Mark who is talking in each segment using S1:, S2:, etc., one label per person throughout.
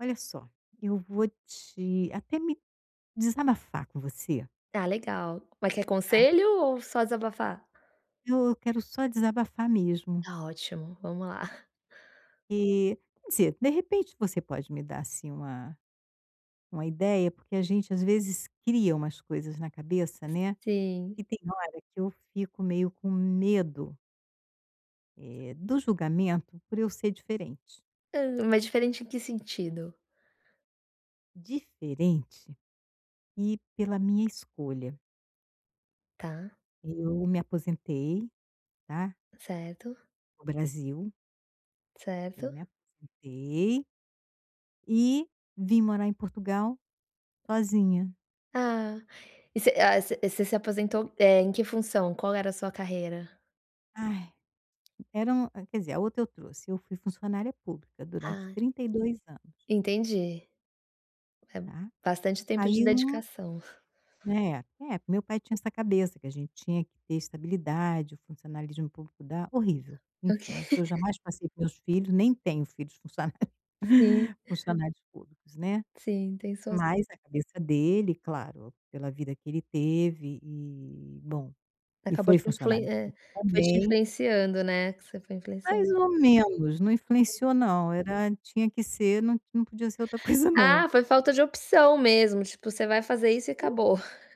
S1: Olha só, eu vou te até me desabafar com você,
S2: Ah, legal. Mas quer
S1: tá.
S2: conselho ou só desabafar?
S1: Eu quero só desabafar mesmo.
S2: Tá ótimo, vamos lá.
S1: E, quer dizer, de repente você pode me dar, assim, uma ideia, porque a gente às vezes cria umas coisas na cabeça, né, e
S2: Sim.
S1: tem hora que eu fico meio com medo, do julgamento por eu ser diferente.
S2: Hã, mas diferente em que sentido?
S1: Diferente e pela minha escolha.
S2: Tá,
S1: Eu me aposentei, tá,
S2: certo,
S1: no Brasil, eu
S2: certo.
S1: me aposentei e vim morar em Portugal sozinha.
S2: Ah, e você você se aposentou, em que função? Qual era a sua carreira?
S1: Ai, eram quer dizer, a outra eu trouxe, eu fui funcionária pública durante
S2: Ah,
S1: 32 anos,
S2: entendi. É
S1: tá.
S2: bastante tempo de
S1: Aí um
S2: dedicação.
S1: meu pai tinha essa cabeça que a gente tinha que ter estabilidade, o funcionalismo público dá horrível. Enfim,
S2: Ok.
S1: isso eu jamais passei para meus filhos, nem tenho filhos funcionários
S2: Sim,
S1: funcionários públicos, né.
S2: sim, tem suas
S1: Mas a cabeça dele, claro, pela vida que ele teve e, bom, e
S2: acabou
S1: foi
S2: te influen
S1: funcionário
S2: eh,
S1: público
S2: foi te
S1: também.
S2: influenciando, né, que você foi
S1: Mais
S2: influenciando.
S1: ou menos, não influenciou não, era tinha que ser, não podia ser outra coisa não.
S2: Ah, foi falta de opção mesmo, tipo, você vai fazer isso e acabou.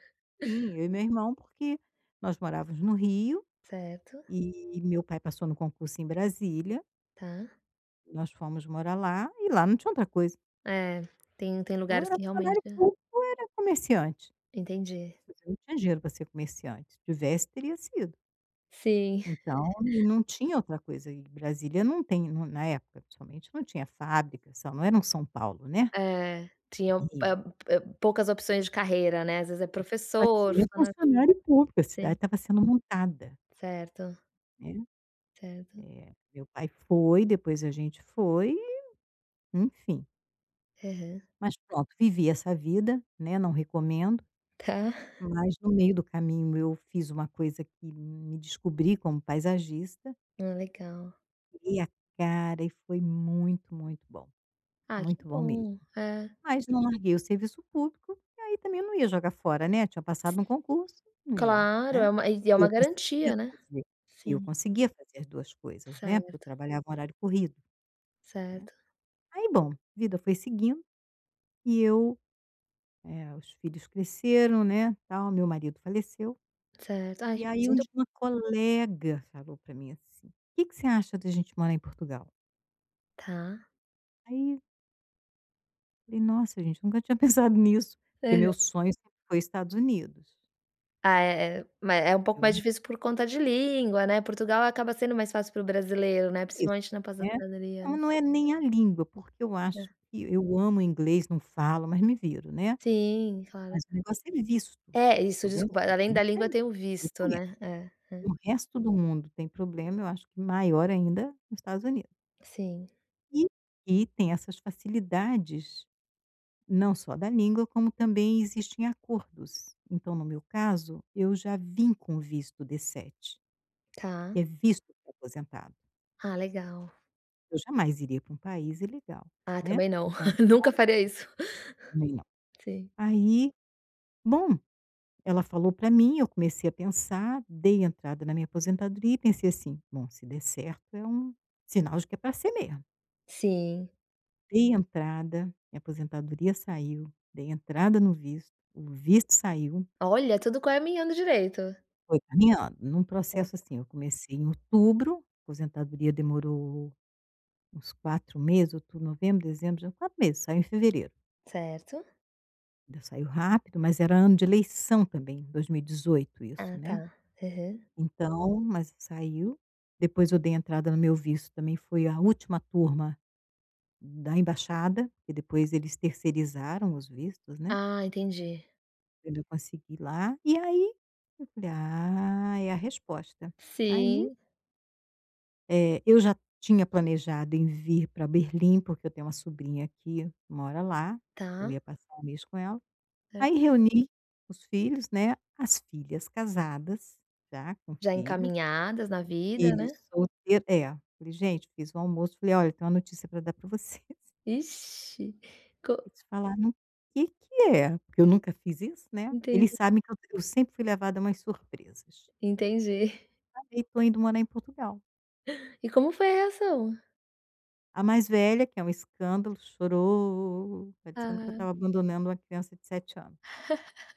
S1: Enfim, eu e meu irmão, porque nós morávamos no Rio,
S2: Certo.
S1: e meu pai passou no concurso em Brasília,
S2: Tá.
S1: nós fomos morar lá, e lá não tinha outra coisa,
S2: É, tem
S1: ou
S2: lugares
S1: era
S2: que realmente
S1: funcionário
S2: é,
S1: público ou era comerciante,
S2: entendi.
S1: você não tinha dinheiro para ser comerciante, se tivesse teria sido.
S2: Sim,
S1: Então, e não tinha outra coisa, e Brasília não tem, não na época principalmente, não tinha fábrica, só não era um São Paulo, né,
S2: é, tinha
S1: Rio.
S2: poucas opções de carreira, né, às vezes é
S1: Só
S2: professor,
S1: tinha
S2: funcionário público,
S1: funcionário público, a cidade
S2: sim,
S1: estava sendo montada,
S2: certo,
S1: né.
S2: certo.
S1: Meu pai foi, depois a gente foi, enfim.
S2: Aham.
S1: Mas pronto, vivi essa vida, né, não recomendo,
S2: Tá.
S1: mas no meio do caminho eu fiz uma coisa que me descobri como paisagista,
S2: Ah, legal.
S1: virei a cara e foi muito,
S2: Ah, que
S1: muito bom mesmo.
S2: bom. É.
S1: Mas não larguei o serviço público, e aí também eu não ia jogar fora, né, tinha passado num concurso, não ia,
S2: Claro,
S1: né.
S2: é uma e é
S1: E
S2: uma
S1: eu conseguia
S2: garantia, né.
S1: fazer e eu
S2: Sim,
S1: conseguia fazer as 2 coisas, né, porque eu
S2: certo,
S1: trabalhava em horário corrido, né.
S2: certo,
S1: Aí bom, vida foi seguindo e os filhos cresceram, né, tal, meu marido faleceu,
S2: certo. Ai,
S1: e
S2: eu
S1: aí um
S2: sinto
S1: dia uma colega falou para mim assim: o "Que que você acha da gente morar em Portugal?"
S2: tá.
S1: Aí, eu falei: "Nossa gente, nunca tinha pensado nisso", porque meu sonho sempre foi Estados Unidos.
S2: Ah, é é ma é um pouco mais
S1: Eu
S2: difícil por conta de língua, né, Portugal acaba sendo mais fácil para o brasileiro, né,
S1: isso,
S2: principalmente na
S1: né.
S2: passeataria,
S1: Não,
S2: né.
S1: não é nem a língua, porque eu
S2: É.
S1: acho que eu amo inglês, não falo, mas me viro, né.
S2: Sim, claro.
S1: Mas o negócio é visto.
S2: É,
S1: O
S2: isso,
S1: problema dos
S2: desculpa,
S1: Estados
S2: além da
S1: Unidos
S2: língua
S1: é
S2: tem o visto,
S1: documento.
S2: né. É,
S1: O resto do mundo tem problema, eu acho que maior ainda nos Estados Unidos.
S2: sim.
S1: E e tem essas facilidades, não só da língua, como também existem acordos. Então, no meu caso, eu já vim com visto D7, que
S2: Tá.
S1: é visto para aposentado.
S2: Ah, legal.
S1: Eu jamais iria para um país ilegal,
S2: Ah,
S1: né.
S2: também não,
S1: Com
S2: nunca faria isso. Sim.
S1: Aí, bom, ela falou para mim, eu comecei a pensar, dei entrada na minha aposentadoria e pensei assim: "Bom, se der certo é um sinal de que é para ser mesmo".
S2: Sim.
S1: Dei entrada, minha aposentadoria saiu, dei entrada no visto, o visto saiu,
S2: Olha, tudo caminhando direito.
S1: foi caminhando. Num processo
S2: Certo.
S1: assim, eu comecei em outubro, a aposentadoria demorou uns 4 meses, outubro, novembro, dezembro, já 4 meses, saiu em fevereiro.
S2: Certo.
S1: Ainda saiu rápido, mas era ano de eleição também, 2018, isso,
S2: Ah,
S1: né.
S2: tá. Aham.
S1: Então, mas saiu. Depois eu dei entrada no meu visto, também foi a última turma da embaixada, que depois eles terceirizaram os vistos, né,
S2: Ah, entendi.
S1: eu ainda consegui lá. E aí, eu falei: "Ah, é a resposta". Aí,
S2: Sim,
S1: eu já tinha planejado em vir para Berlim, porque eu tenho uma sobrinha que mora lá, eu
S2: tá,
S1: ia passar um mês com ela.
S2: certo.
S1: Aí reuni os filhos, né, as filhas casadas, já com
S2: Já
S1: filhos.
S2: encaminhadas na vida,
S1: Filho
S2: né.
S1: solteiro é. Falei: "Gente, fiz o almoço", falei: "Olha, tem uma notícia para dar para vocês".
S2: Ixi, co
S1: Eles falaram: "O que que é?" Porque eu nunca fiz isso, né. Eles
S2: Entendi,
S1: sabem que eu sempre fui levada a umas surpresas.
S2: entendi.
S1: Falei: "Tô indo morar em Portugal".
S2: E como foi a reação?
S1: A mais velha, que é um escândalo, chorou, parecendo que eu
S2: Ah,
S1: estava abandonando uma criança de 7 anos.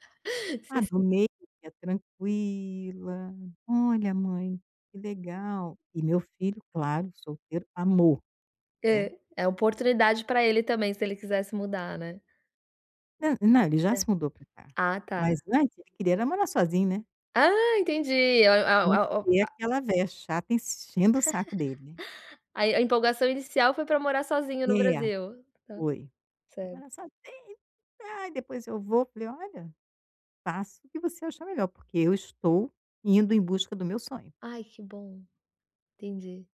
S2: se
S1: A do
S2: se
S1: meio, que é tranquila: "Olha mãe, que legal". E meu filho, claro, solteiro, amou, né.
S2: é, é oportunidade para ele também, se ele quisesse mudar, né.
S1: Não, não, ele já
S2: Hã.
S1: se mudou pra cá,
S2: Ah, tá.
S1: mas antes ele queria era morar sozinho, né,
S2: Ah, entendi. A
S1: não
S2: a
S1: ter
S2: a
S1: aquela véia chata enchendo o saco dele, né.
S2: a a empolgação inicial foi para morar sozinho no
S1: É,
S2: Brasil. Tá,
S1: foi. "Vou
S2: certo.
S1: morar sozinho, ai, depois eu vou", falei: "Olha, faça o que você achar melhor, porque eu estou indo em busca do meu sonho".
S2: Ai, que bom. Entendi.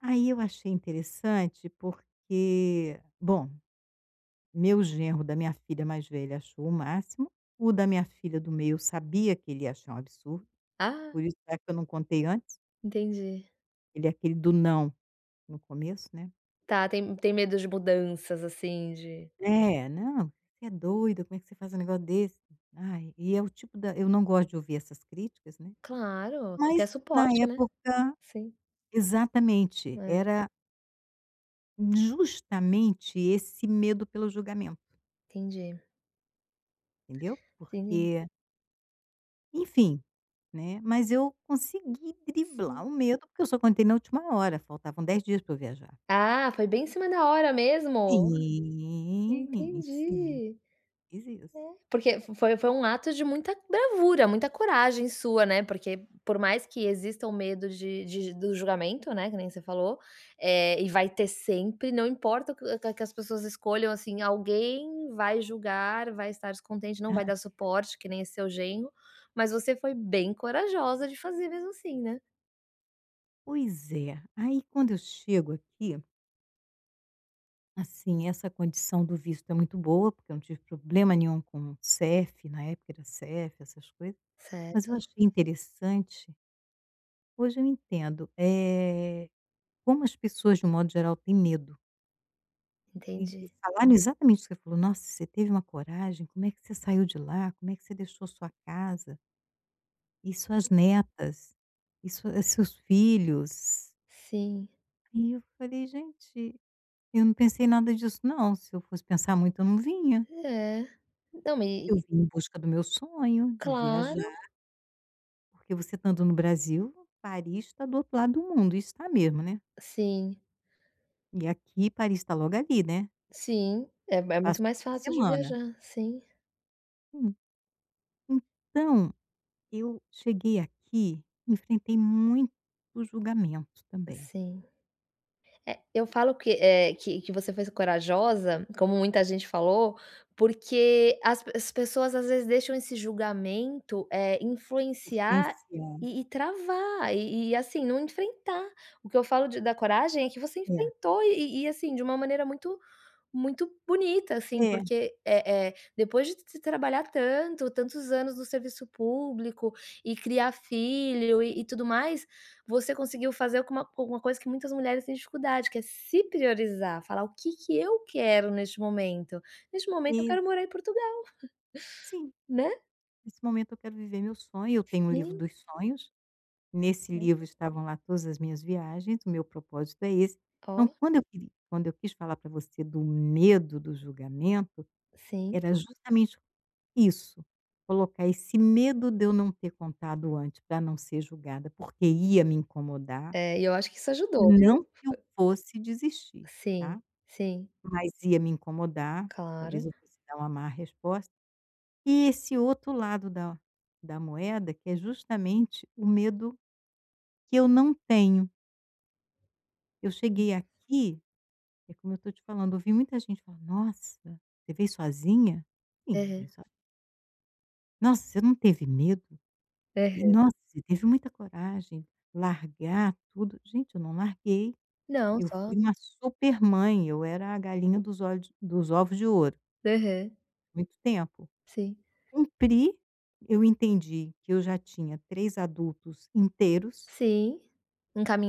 S1: Aí eu achei interessante porque, bom, meu genro da minha filha mais velha achou o máximo, o da minha filha do meio eu sabia que ele ia achar um absurdo,
S2: Ah,
S1: por isso é que eu não contei antes,
S2: entendi.
S1: ele é aquele do não. No começo, né.
S2: Tá, tem medo de mudanças, assim, de
S1: É, "Não, você é doido, como é que você faz um negócio desse?" Ai, e é o tipo da eu não gosto de ouvir essas críticas, né,
S2: claro, você
S1: mas
S2: quer
S1: na
S2: suporte, né.
S1: época
S2: Sim.
S1: exatamente,
S2: É,
S1: era justamente esse medo pelo julgamento,
S2: entendi.
S1: entendeu.
S2: Sim,
S1: Porque, enfim, né, mas eu consegui
S2: sim.
S1: driblar o medo, porque eu só contei na última hora, faltavam 10 dias para eu viajar.
S2: Ah, foi bem em cima da hora mesmo?
S1: Sim, sim,
S2: Entendi.
S1: fiz isso.
S2: Porque foi um ato de muita bravura, muita coragem sua, né, porque por mais que exista o medo de do julgamento, né, que nem você falou, é e vai ter sempre, não importa o que as pessoas escolham, assim, alguém vai julgar, vai estar descontente, não vai
S1: Ai,
S2: dar suporte, que nem esse seu genro, mas você foi bem corajosa de fazer mesmo assim, né.
S1: pois é. Aí quando eu chego aqui, assim, essa condição do visto é muito boa, porque eu não tive problema nenhum com CEF, na época era CEF, essas coisas, mas eu
S2: Certo,
S1: achei interessante, hoje eu entendo, como as pessoas de um modo geral têm medo. E
S2: entendi.
S1: falaram exatamente isso que você falou: "Nossa, você teve uma coragem, como é que você saiu de lá? Como é que você deixou sua casa e suas netas e sua seus filhos?"
S2: Sim,
S1: E eu falei: "Gente, eu não pensei nada disso não, se eu fosse pensar muito eu não vinha".
S2: é. Não,
S1: Eu
S2: e-
S1: vim em busca do meu sonho de viajar,
S2: claro,
S1: porque você estando no Brasil, Paris está do outro lado do mundo, e está mesmo, né.
S2: sim.
S1: E aqui Paris está logo ali, né.
S2: Sim, é
S1: Você
S2: é
S1: passa
S2: muito mais
S1: o final de
S2: fácil de
S1: semana.
S2: viajar, sim,
S1: Hum, então eu cheguei aqui, enfrentei muito julgamento também,
S2: sim. É, eu falo que, é que você foi corajosa, como muita gente falou, porque as pessoas às vezes deixam esse julgamento, é influenciar
S1: influenciada.
S2: e travar, e assim, não enfrentar. O que eu falo de da coragem é que você enfrentou e assim, de uma maneira muito muito bonita,
S1: É,
S2: assim,
S1: é,
S2: porque, é depois de se trabalhar tanto, tantos anos no serviço público e criar filho e tudo mais, você conseguiu fazer uma coisa que muitas mulheres têm dificuldade, que é se priorizar, falar: "O que que eu quero neste momento? Neste momento eu
S1: e
S2: quero morar em Portugal",
S1: sim,
S2: né.
S1: nesse momento eu quero viver meu sonho, eu tenho um livro
S2: Sim,
S1: dos sonhos. Nesse
S2: sim.
S1: livro estavam lá todas as minhas viagens, o meu propósito é esse.
S2: Ó,
S1: Então, quando eu queri quando eu quis falar para você do medo do julgamento,
S2: sim.
S1: era justamente isso, colocar esse medo de eu não ter contado antes para não ser julgada, porque ia me incomodar,
S2: É, e eu acho que isso ajudou,
S1: não
S2: viu.
S1: que eu fosse desistir,
S2: Sim,
S1: tá,
S2: sim,
S1: mas ia me incomodar, talvez
S2: claro.
S1: eu fosse dar uma má resposta. E esse outro lado da moeda, que é justamente o medo que eu não tenho. Eu cheguei aqui, é como eu estou te falando, ouvi muita gente falar: "Nossa, você veio sozinha?" "Sim,
S2: Aham,
S1: vim sozinha". "Nossa, você não teve medo?" E
S2: aham.
S1: "Nossa, você teve muita coragem, largar tudo". Gente, eu não larguei,
S2: Não,
S1: eu
S2: só
S1: fui uma super mãe, eu era a galinha dos olhos dos ovos de ouro,
S2: aham,
S1: muito tempo.
S2: sim.
S1: Cumpri, eu entendi que eu já tinha 3 adultos inteiros,
S2: Sim,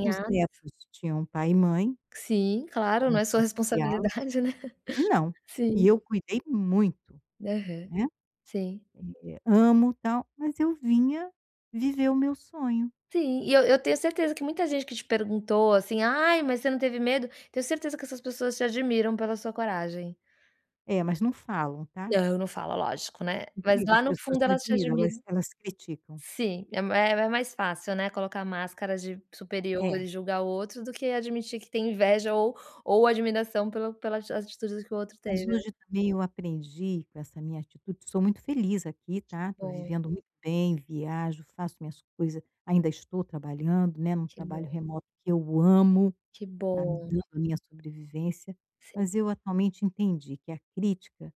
S1: os netos tinham pai e mãe,
S2: Sim, claro,
S1: eu
S2: não
S1: não
S2: é sua
S1: tinha que criá-los.
S2: responsabilidade, né.
S1: Não,
S2: Sim,
S1: e eu cuidei muito,
S2: aham,
S1: né.
S2: sim.
S1: Amo, tal, mas eu vinha viver o meu sonho.
S2: Sim, e eu tenho certeza que muita gente que te perguntou assim: "Ai, mas você não teve medo?" Tenho certeza que essas pessoas te admiram pela sua coragem.
S1: É, mas não falam, tá.
S2: Não, não fala, lógico, né. Mas
S1: Incrível,
S2: lá
S1: as
S2: no
S1: pessoas
S2: fundo
S1: não
S2: elas te
S1: admiram, elas
S2: admiram.
S1: elas criticam.
S2: Sim, é ma é mais fácil, né, colocar máscara de superior
S1: É,
S2: e julgar o outro do que admitir que tem inveja ou admiração pelas atitudes que o outro teve,
S1: mas
S2: né.
S1: hoje também eu aprendi com essa minha atitude, sou muito feliz aqui, tá, estou
S2: Bom,
S1: vivendo muito bem, viajo, faço minhas coisas, ainda estou trabalhando, né, num
S2: que
S1: trabalho
S2: bom,
S1: remoto que eu amo,
S2: que
S1: tá me
S2: bom.
S1: dando a minha sobrevivência,
S2: Sim,
S1: mas eu atualmente entendi que a crítica,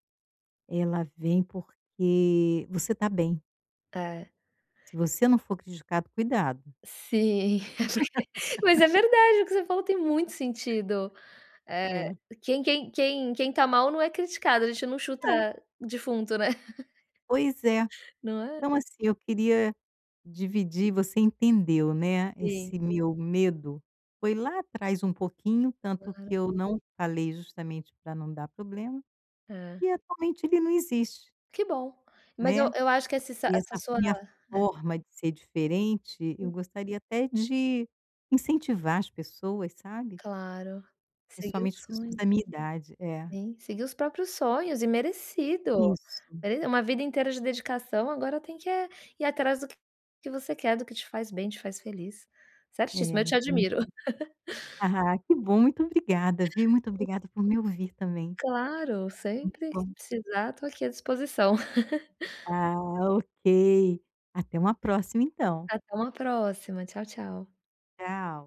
S1: ela vem porque você está bem.
S2: é.
S1: Se você não for criticado, cuidado.
S2: Sim, é porque mas é verdade, o que você falou tem muito sentido. Eh,
S1: É.
S2: quem tá mal não é criticado, a gente não chuta
S1: Não,
S2: defunto, né.
S1: pois é.
S2: Não é?
S1: Então, assim, eu queria dividir, você entendeu, né,
S2: Sim,
S1: esse meu medo. Foi lá atrás um pouquinho, tanto que eu não falei justamente para não dar problema,
S2: é.
S1: e atualmente ele não existe,
S2: Que bom. Mas eu
S1: né.
S2: acho que essa
S1: E
S2: essa
S1: essa
S2: sua
S1: minha forma de ser diferente, eu gostaria até de incentivar as pessoas, sabe,
S2: claro. Seguir os
S1: principalmente as pessoas
S2: sonhos
S1: da minha idade. É,
S2: sim, seguir os próprios sonhos e merecido.
S1: isso.
S2: Mere uma vida inteira de dedicação, agora tem que é ir atrás do que você quer, do que te faz bem, te faz feliz.
S1: É,
S2: Certíssimo, eu te
S1: então
S2: admiro.
S1: ah, que bom, muito obrigada, viu. Muito obrigada por me ouvir também.
S2: Claro, sempre que precisar, estou aqui à disposição.
S1: Ah, ok. Até uma próxima então.
S2: Até uma próxima. Tchau, tchau.
S1: Tchau.